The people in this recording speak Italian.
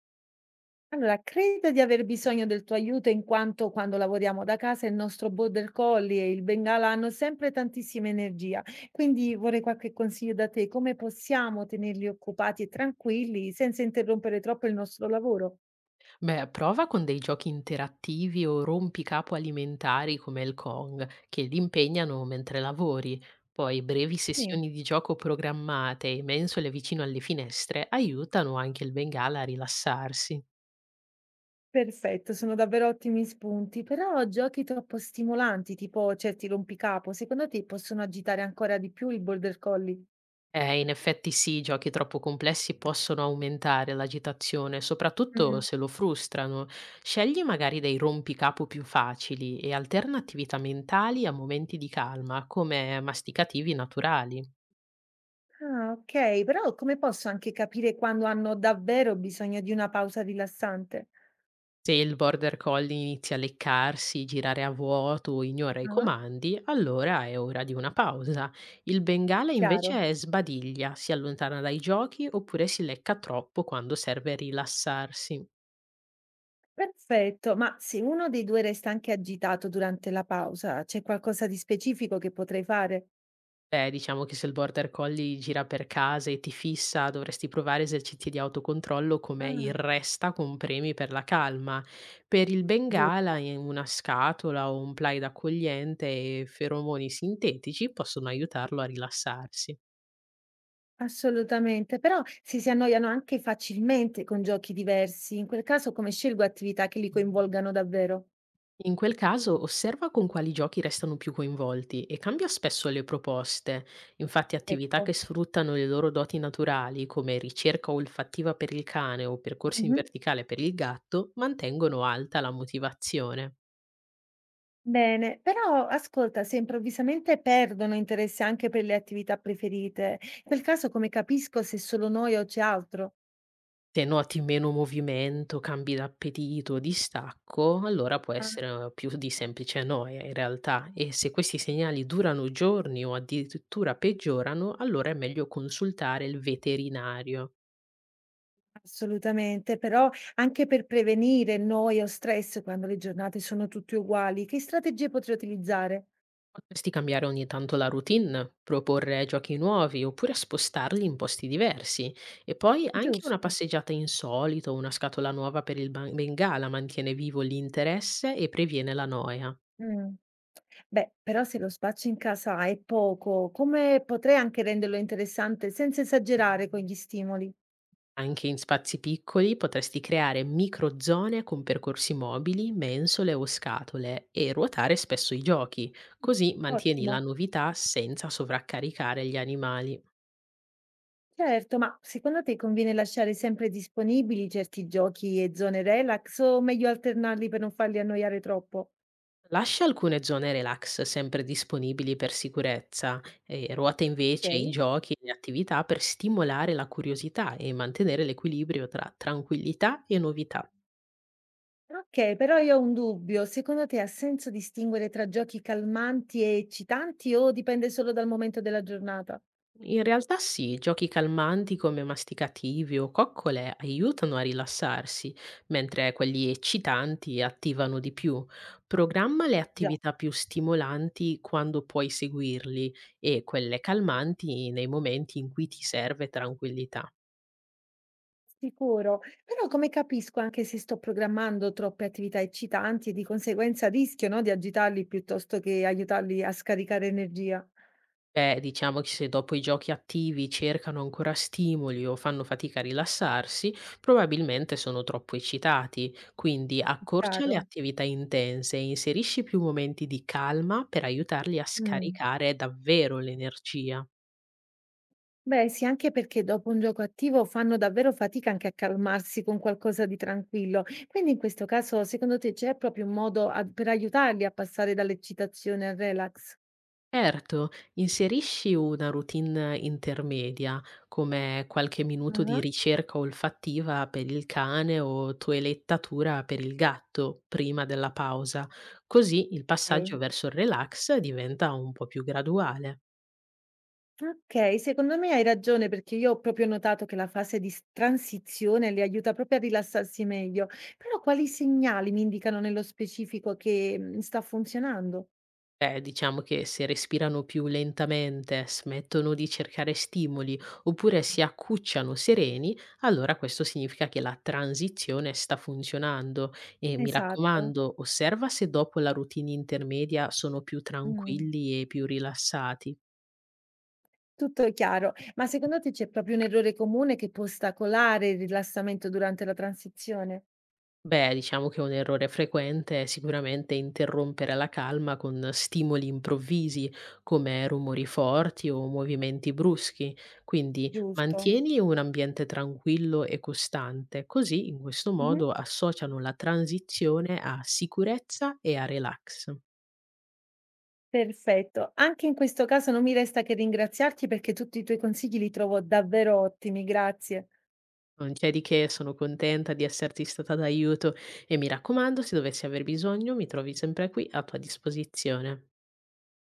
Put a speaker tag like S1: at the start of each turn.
S1: Allora, credo di aver bisogno del tuo aiuto in quanto quando lavoriamo da casa il nostro border collie e il bengala hanno sempre tantissima energia, quindi vorrei qualche consiglio da te, come possiamo tenerli occupati e tranquilli senza interrompere troppo il nostro lavoro?
S2: Beh, prova con dei giochi interattivi o rompicapo alimentari come il Kong, che li impegnano mentre lavori. Poi brevi
S1: Sì.
S2: sessioni di gioco programmate e mensole vicino alle finestre aiutano anche il Bengala a rilassarsi.
S1: Perfetto, sono davvero ottimi spunti, però giochi troppo stimolanti, tipo certi rompicapo, secondo te possono agitare ancora di più il border collie?
S2: In effetti sì, i giochi troppo complessi possono aumentare l'agitazione, soprattutto
S1: Mm.
S2: se lo frustrano. Scegli magari dei rompicapo più facili e alterna attività mentali a momenti di calma, come masticativi naturali.
S1: Ah, okay, però come posso anche capire quando hanno davvero bisogno di una pausa rilassante?
S2: Se il border collie inizia a leccarsi, girare a vuoto, o ignora i
S1: Ah,
S2: comandi, allora è ora di una pausa. Il bengala
S1: chiaro.
S2: invece sbadiglia, si allontana dai giochi oppure si lecca troppo quando serve rilassarsi.
S1: Perfetto, ma se uno dei due resta anche agitato durante la pausa, c'è qualcosa di specifico che potrei fare?
S2: Beh, diciamo che se il border collie gira per casa e ti fissa, dovresti provare esercizi di autocontrollo come il
S1: Ah,
S2: resta con premi per la calma. Per il bengala, in una scatola o un plaid accogliente e feromoni sintetici possono aiutarlo a rilassarsi.
S1: assolutamente, però se si annoiano anche facilmente con giochi diversi, in quel caso come scelgo attività che li coinvolgano davvero?
S2: In quel caso osserva con quali giochi restano più coinvolti e cambia spesso le proposte. Infatti attività
S1: Ecco.
S2: che sfruttano le loro doti naturali, come ricerca olfattiva per il cane o percorsi in
S1: Mhm.
S2: verticale per il gatto, mantengono alta la motivazione.
S1: Bene, però ascolta, se improvvisamente perdono interesse anche per le attività preferite, in quel caso come capisco se è solo noi o c'è altro?
S2: Se noti meno movimento, cambi d'appetito o distacco, allora può
S1: Ah,
S2: essere più di semplice noia in realtà, e se questi segnali durano giorni o addirittura peggiorano, allora è meglio consultare il veterinario.
S1: assolutamente, però anche per prevenire noia o stress quando le giornate sono tutte uguali, che strategie potrei utilizzare?
S2: Potresti cambiare ogni tanto la routine, proporre giochi nuovi oppure spostarli in posti diversi. E poi anche una
S1: Giusto.
S2: passeggiata insolita o una scatola nuova per il Bengala mantiene vivo l'interesse e previene la noia.
S1: Mm. Beh, però se lo spazio in casa è poco, come potrei anche renderlo interessante senza esagerare con gli stimoli?
S2: Anche in spazi piccoli potresti creare microzone con percorsi mobili, mensole o scatole e ruotare spesso i giochi,
S1: Mm,
S2: così mantieni la
S1: ottimo.
S2: novità senza sovraccaricare gli animali.
S1: Certo, ma secondo te conviene lasciare sempre disponibili certi giochi e zone relax o meglio alternarli per non farli annoiare troppo?
S2: Lascia alcune zone relax sempre disponibili per sicurezza e ruota
S1: Ok.
S2: invece i giochi e le attività per stimolare la curiosità e mantenere l'equilibrio tra tranquillità e novità.
S1: Ok, però io ho un dubbio. Secondo te ha senso distinguere tra giochi calmanti e eccitanti o dipende solo dal momento della giornata?
S2: In realtà sì, giochi calmanti come masticativi o coccole aiutano a rilassarsi, mentre quelli eccitanti attivano di più. Programma le
S1: Già,
S2: attività più stimolanti quando puoi seguirli e quelle calmanti nei momenti in cui ti serve tranquillità.
S1: sicuro. Però come capisco anche se sto programmando troppe attività eccitanti e di conseguenza rischio, no, di agitarli piuttosto che aiutarli a scaricare energia?
S2: Beh, diciamo che se dopo i giochi attivi cercano ancora stimoli o fanno fatica a rilassarsi, probabilmente sono troppo eccitati. Quindi accorcia le
S1: Chiaro.
S2: attività intense e inserisci più momenti di calma per aiutarli a
S1: Mm.
S2: scaricare davvero l'energia.
S1: Beh, sì, anche perché dopo un gioco attivo fanno davvero fatica anche a calmarsi con qualcosa di tranquillo. Quindi in questo caso, secondo te c'è proprio un modo per aiutarli a passare dall'eccitazione al relax?
S2: Certo, inserisci una routine intermedia, come qualche minuto di
S1: Ah,
S2: ricerca olfattiva per il cane o toelettatura per il gatto prima della pausa, così il passaggio
S1: ok.
S2: verso il relax diventa un po' più graduale.
S1: Ok, secondo me hai ragione perché io ho proprio notato che la fase di transizione li aiuta proprio a rilassarsi meglio. Però quali segnali mi indicano nello specifico che sta funzionando?
S2: Beh, diciamo che se respirano più lentamente, smettono di cercare stimoli oppure si accucciano sereni, allora questo significa che la transizione sta funzionando. E mi
S1: Esatto.
S2: raccomando, osserva se dopo la routine intermedia sono più
S1: Mm.
S2: tranquilli e più rilassati.
S1: Tutto chiaro. Ma secondo te c'è proprio un errore comune che può ostacolare il rilassamento durante la transizione?
S2: Beh, diciamo che un errore frequente è sicuramente interrompere la calma con stimoli improvvisi, come rumori forti o movimenti bruschi. Quindi
S1: Giusto.
S2: mantieni un ambiente tranquillo e costante, così in questo
S1: Mh-mh.
S2: modo associano la transizione a sicurezza e a relax.
S1: Perfetto. Anche in questo caso non mi resta che ringraziarti perché tutti i tuoi consigli li trovo davvero ottimi, grazie.
S2: Non c'è di che, sono contenta di esserti stata d'aiuto e mi raccomando, se dovessi aver bisogno, mi trovi sempre qui a tua disposizione.